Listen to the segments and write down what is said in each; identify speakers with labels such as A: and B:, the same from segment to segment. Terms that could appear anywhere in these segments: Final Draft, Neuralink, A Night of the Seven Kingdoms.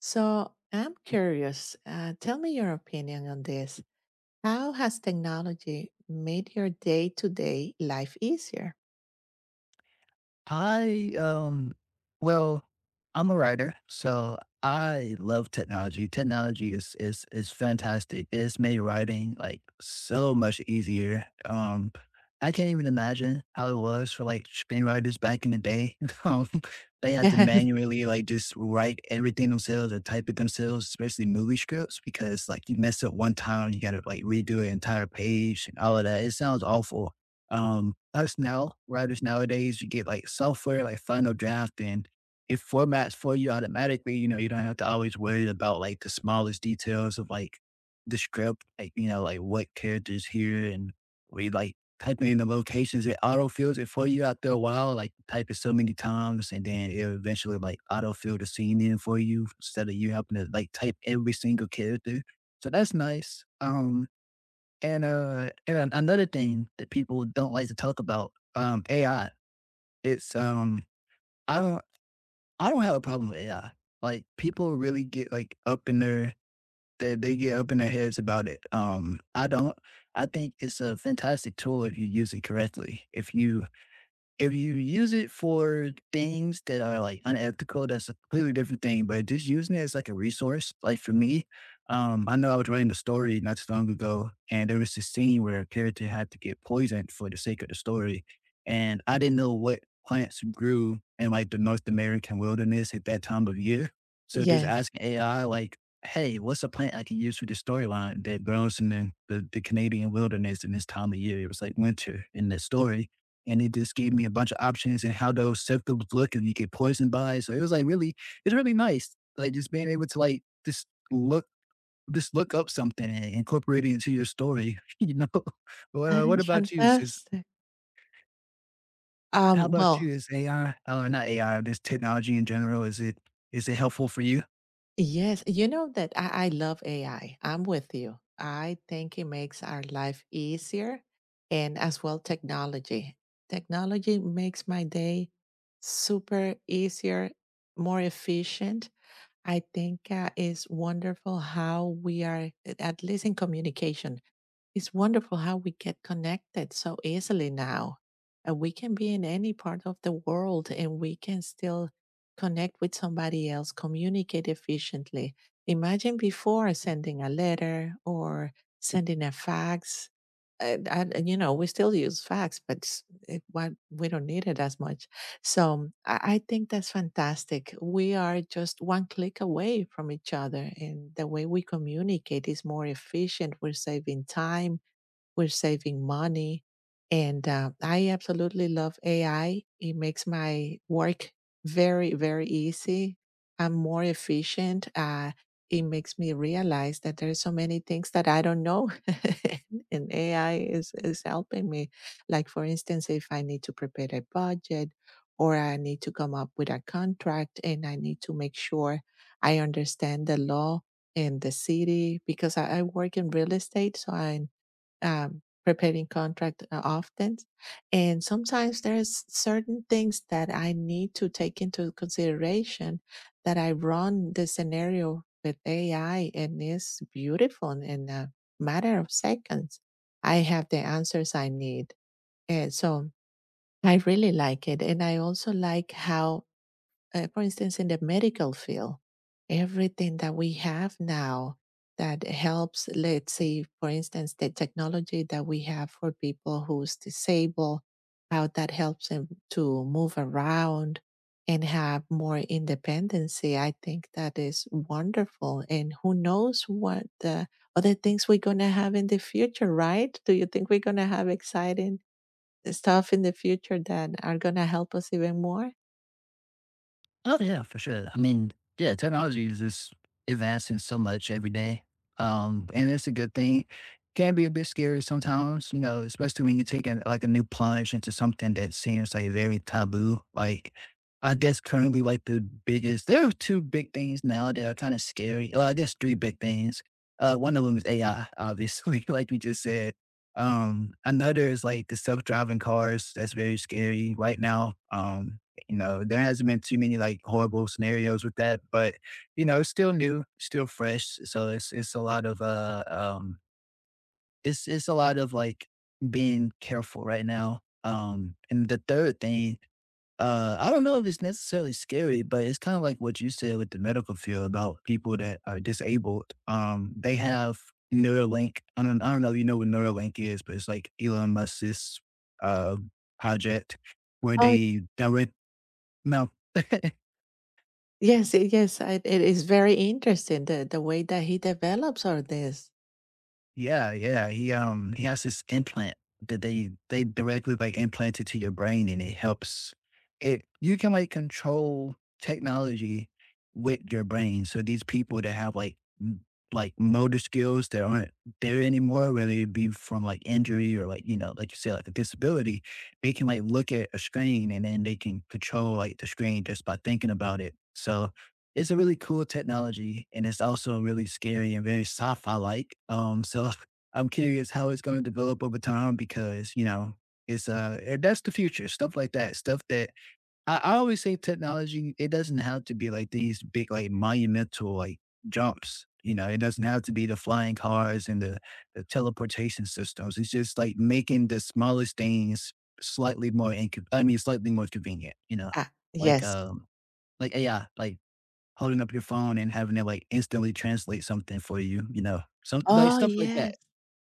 A: So I'm curious, tell me your opinion on this. How has technology made your day to day life easier?
B: I, um, well, I'm a writer, so I love technology. Technology is fantastic. It's made writing like so much easier. I can't even imagine how it was for like screenwriters back in the day. Um, they had to
A: Yes,
B: manually like just write everything themselves or type it themselves, especially movie scripts, because like you mess up one time, you gotta like redo an entire page and all of that. It sounds awful. Us now, writers nowadays, you get like software like Final Draft and it formats for you automatically. You know, you don't have to always worry about like the smallest details of like the script, like, you know, like what characters here and we like typing in the locations. It auto fills it for you after a while, like you type it so many times and then it eventually like auto autofill the scene in for you instead of you having to like type every single character. So that's nice. And another thing that people don't like to talk about, AI. It's I don't, I don't have a problem with AI. Like people really get like up in they get up in their heads about it. I don't. I think it's a fantastic tool if you use it correctly. If you use it for things that are like unethical, that's a completely different thing. But just using it as like a resource, like for me, I know I was writing a story not too long ago, and there was this scene where a character had to get poisoned for the sake of the story. And I didn't know what plants grew in like the North American wilderness at that time of year. So just
A: yes,
B: asking AI, like, hey, what's a plant I can use for the storyline that grows in the Canadian wilderness in this time of year? It was like winter in the story and it just gave me a bunch of options and how those symptoms look and you get poisoned by it. So it was like it's really nice. Like just being able to like just look up something and incorporate it into your story. You know,
A: that
B: what
A: is
B: about you? Is
A: fantastic.
B: how
A: Um,
B: about
A: well,
B: you? Is AI or not AI? This technology in general, is it helpful for you?
A: yes, you know that I love AI. I'm with you. I think it makes our life easier and as well technology. Technology makes my day super easier, more efficient. I think it's wonderful how we are, at least in communication, it's wonderful how we get connected so easily now. We can be in any part of the world and we can still connect with somebody else, communicate efficiently. Imagine before sending a letter or sending a fax. You know, we still use fax, but we don't need it as much, so I think that's fantastic. We are just one click away from each other, and the way we communicate is more efficient. We're saving time, we're saving money. And I absolutely love AI. It makes my work very, very easy. I'm more efficient. It makes me realize that there are so many things that I don't know. And AI is helping me. Like, for instance, if I need to prepare a budget or I need to come up with a contract and I need to make sure I understand the law in the city because I work in real estate. So I preparing contract often, and sometimes there's certain things that I need to take into consideration, that I run the scenario with AI and it's beautiful, and in a matter of seconds I have the answers I need. And so I really like it, and I also like how for instance, in the medical field, everything that we have now that helps, let's say, for instance, the technology that we have for people who's disabled, how that helps them to move around and have more independency. I think that is wonderful. And who knows what the other things we're going to have in the future, right? Do you think we're going to have exciting stuff in the future that are gonna help us even more?
B: Oh, yeah, for sure. I mean, yeah, technology is just advancing so much every day. And it's a good thing. Can be a bit scary sometimes, you know, especially when you take like a new plunge into something that seems like very taboo. Like, I guess currently, like the biggest, there are two big things now that are kind of scary. Well, I guess three big things. One of them is AI, obviously, like we just said. Another is like the self-driving cars. That's very scary right now. You know, there hasn't been too many like horrible scenarios with that, but you know, it's still new, still fresh. So it's a lot of it's a lot of like being careful right now. And the third thing, I don't know if it's necessarily scary, but it's kind of like what you said with the medical field about people that are disabled. Um, they have Neuralink. I don't know if you know what Neuralink is, but it's like Elon Musk's uh project where
A: Oh,
B: they direct now.
A: yes, yes, I, it is very interesting the way that he develops all this.
B: Yeah, yeah. He has this implant that they directly like implant it to your brain and it helps it you can like control technology with your brain. So these people that have like motor skills that aren't there anymore, whether it be from like injury or like, you know, like you say, like a disability, they can like look at a screen and then they can control like the screen just by thinking about it. So it's a really cool technology and it's also really scary and very sci-fi like. So I'm curious how it's going to develop over time because you know it's and that's the future stuff, like that stuff that I always say technology, it doesn't have to be like these big like monumental like jumps. You know, it doesn't have to be the flying cars and the teleportation systems. It's just like making the smallest things slightly more, inco- I mean, slightly more convenient. You know,
A: Ah,
B: like
A: yes.
B: um, like AI, like holding up your phone and having it like instantly translate something for you, you know, some like
A: Oh,
B: stuff like that.
A: yes.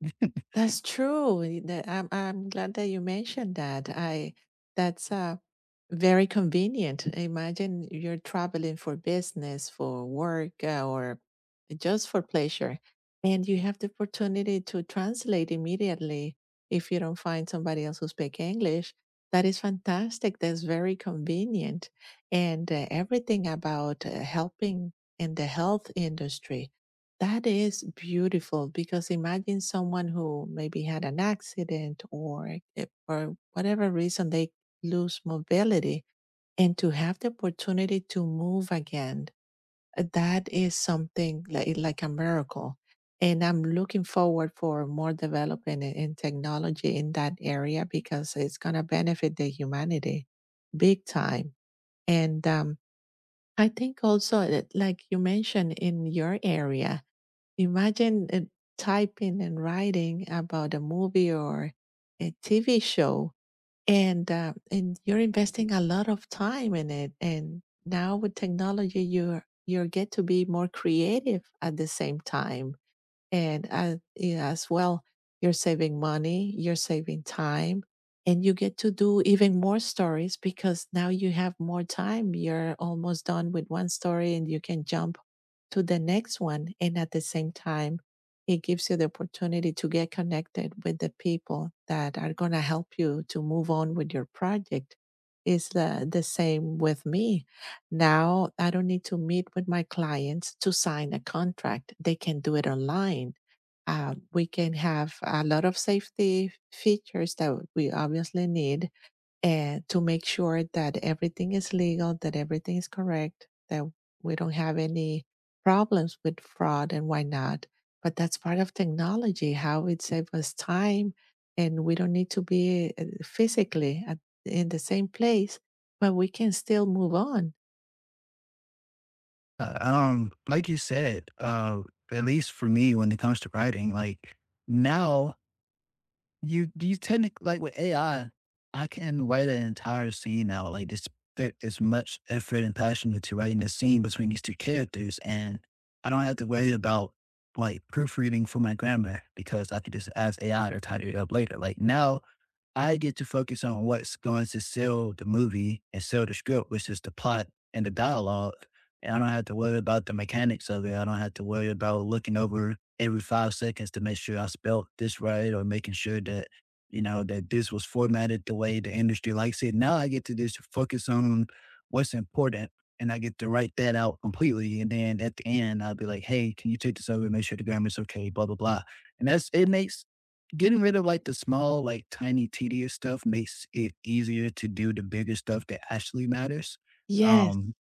A: That's true. That I'm glad that you mentioned that. I, that's very convenient. Imagine you're traveling for business, for work, or just for pleasure, and you have the opportunity to translate immediately if you don't find somebody else who speaks English. That is fantastic. That's very convenient, and everything about helping in the health industry, that is beautiful because imagine someone who maybe had an accident or for whatever reason they lose mobility and to have the opportunity to move again. That is something like, like a miracle. And I'm looking forward for more development in technology in that area because it's going to benefit the humanity big time. And I think also that, like you mentioned in your area, imagine typing and writing about a movie or a TV show, and you're investing a lot of time in it. And now with technology, you get to be more creative at the same time. And yeah, as well, you're saving money, you're saving time, and you get to do even more stories because now you have more time. You're almost done with one story and you can jump to the next one. And at the same time, it gives you the opportunity to get connected with the people that are going to help you to move on with your project. It's the same with me. Now I don't need to meet with my clients to sign a contract. They can do it online. We can have a lot of safety features that we obviously need, and to make sure that everything is legal, that everything is correct, that we don't have any problems with fraud and why not. But that's part of technology, how it saves us time and we don't need to be physically at, in the same place, but we can still move on.
B: Like you said, at least for me, when it comes to writing, like now you technically like with AI, I can write an entire scene now. Like this, there is much effort and passion into writing the scene between these two characters, and I don't have to worry about like proofreading for my grammar because I could just ask AI to tidy it up later. Like now, I get to focus on what's going to sell the movie and sell the script, which is the plot and the dialogue. And I don't have to worry about the mechanics of it. I don't have to worry about looking over every five seconds to make sure I spelled this right or making sure that, you know, that this was formatted the way the industry likes it. Now I get to just focus on what's important and I get to write that out completely. And then at the end, I'll be like, hey, can you take this over and make sure the grammar's okay, blah, blah, blah. And that's, it makes getting rid of like the small, like tiny, tedious stuff makes it easier to do the bigger stuff that actually matters.
A: Yes.
B: Um,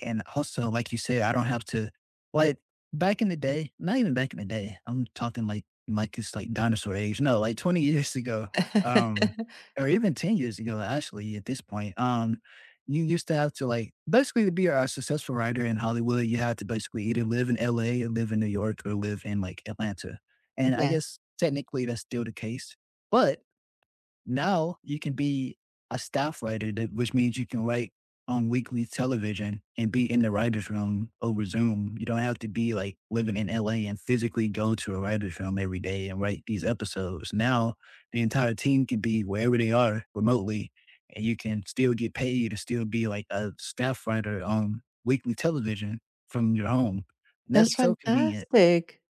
B: and also, like you said, I don't have to like back in the day, not even back in the day. I'm talking like it's like dinosaur age. No, like 20 years ago, um, or even 10 years ago, actually, at this point. You used to have to like basically to be a successful writer in Hollywood, you had to basically either live in LA or live in New York or live in like Atlanta. And I
A: Yes,
B: guess technically that's still the case. But now you can be a staff which means you can write on weekly television and be in the writer's room over Zoom. You don't have to be like living in LA and physically go to a writer's room every day and write these episodes. Now the entire team can be wherever they are remotely and you can still get paid to still be like a staff writer on weekly television from your home. And
A: that's
B: that's so convenient.
A: fantastic.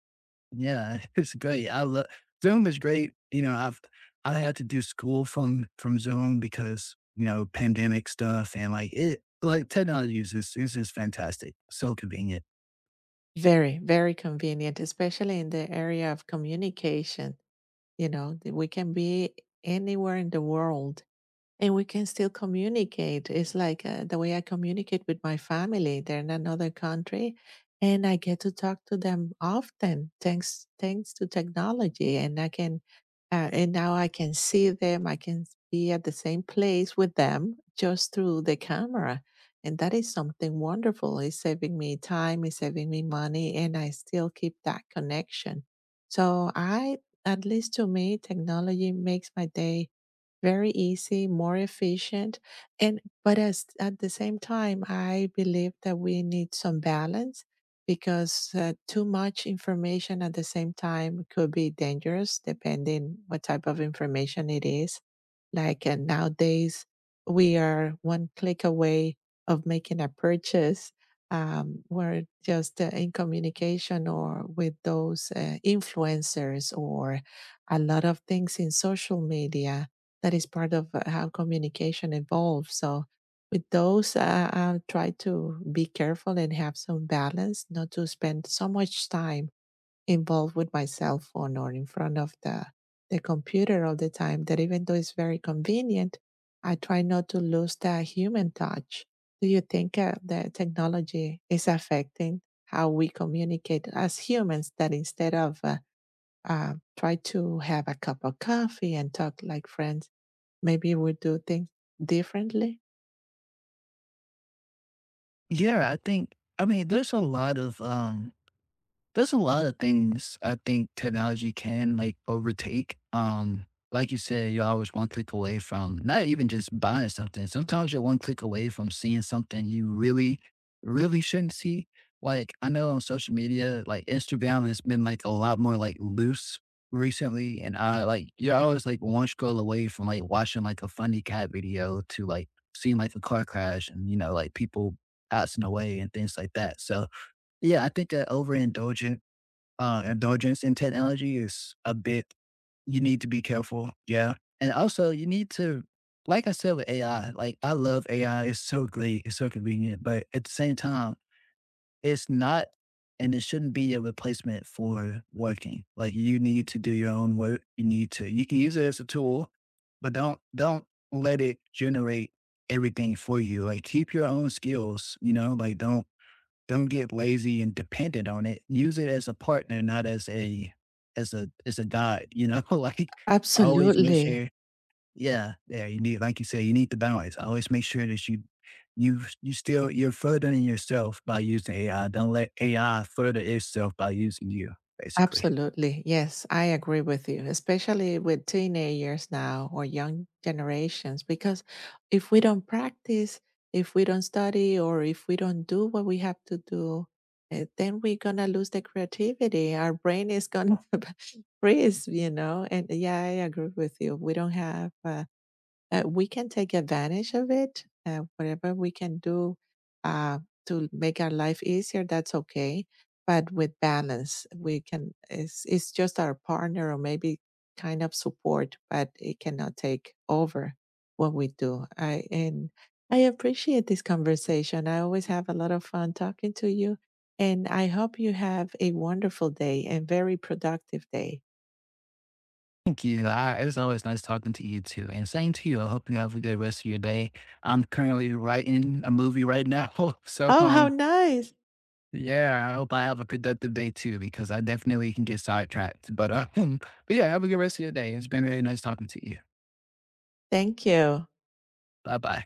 B: Yeah, it's great. I love Zoom is great. You know, I had to do school from Zoom because, you know, pandemic stuff and like it like technology is just fantastic. So convenient.
A: Very, very convenient, especially in the area of communication, you know, that we can be anywhere in the world, and we can still communicate. It's like the way I communicate with my family. They're in another country, and I get to talk to them often, thanks to technology. And I can, and now I can see them. I can be at the same place with them just through the camera, and that is something wonderful. It's saving me time. It's saving me money, and I still keep that connection. So I, at least to me, technology makes my day very easy, more efficient. And but as at the same time, I believe that we need some balance because too much information at the same time could be dangerous depending what type of information it is. Like nowadays, we are one click away of making a purchase. We're just in communication or with those influencers or a lot of things in social media that is part of how communication evolves. So with those, I'll try to be careful and have some balance, not to spend so much time involved with my cell phone or in front of the computer all the time. That even though it's very convenient, I try not to lose that human touch. Do you think that technology is affecting how we communicate as humans? That instead of try to have a cup of coffee and talk like friends, maybe we do things differently.
B: Yeah, I think I mean there's a lot of um there's a lot of things I think technology can, like, overtake. Like you said, you're always one click away from not even just buying something. Sometimes you're one click away from seeing something you really shouldn't see. Like, I know on social media, like, Instagram has been, like, a lot more, like, loose recently, and I like you're always, like, one scroll away from, like, watching, like, a funny cat video to, like, seeing, like, a car crash and, you know, like, people passing away and things like that. So, yeah, I think that overindulgent indulgence in technology is a bit, you need to be careful. Yeah. And also, you need to, like I said with AI, like I love AI. It's so great. It's so convenient. But at the same time, it's not, and it shouldn't be a replacement for working. Like you need to do your own work. You can use it as a tool, but don't let it generate everything for you. Like keep your own skills, you know, like don't get lazy and dependent on it. Use it as a partner, not as a as a as a guide, you know, like always make
A: Absolutely.
B: sure yeah, yeah, you need, like you said, you need the balance. Always make sure that you still you're furthering yourself by using AI. Don't let AI further itself by using you, basically.
A: Absolutely. Yes, I agree with you, especially with teenagers now or young generations, because if we don't practice, if we don't study, or if we don't do what we have to do, then we're going to lose the creativity. Our brain is going to freeze, you know? And yeah, I agree with you. We don't have we can take advantage of it. Whatever we can do uh, to make our life easier, that's okay. But with balance, we can. It's just our partner or maybe kind of support, but it cannot take over what we do. I and I appreciate this conversation. I always have a lot of fun talking to you. And I hope you have a wonderful day and very productive day.
B: Thank you. It was always nice talking to you too. And same to you. I hope you have a good rest of your day. I'm currently writing a movie right now. So
A: Oh, how
B: um
A: nice.
B: Yeah, I hope I have a productive day too because I definitely can get sidetracked. But, but yeah, have a good rest of your day. It's been really nice talking to you.
A: Thank you.
B: Bye bye.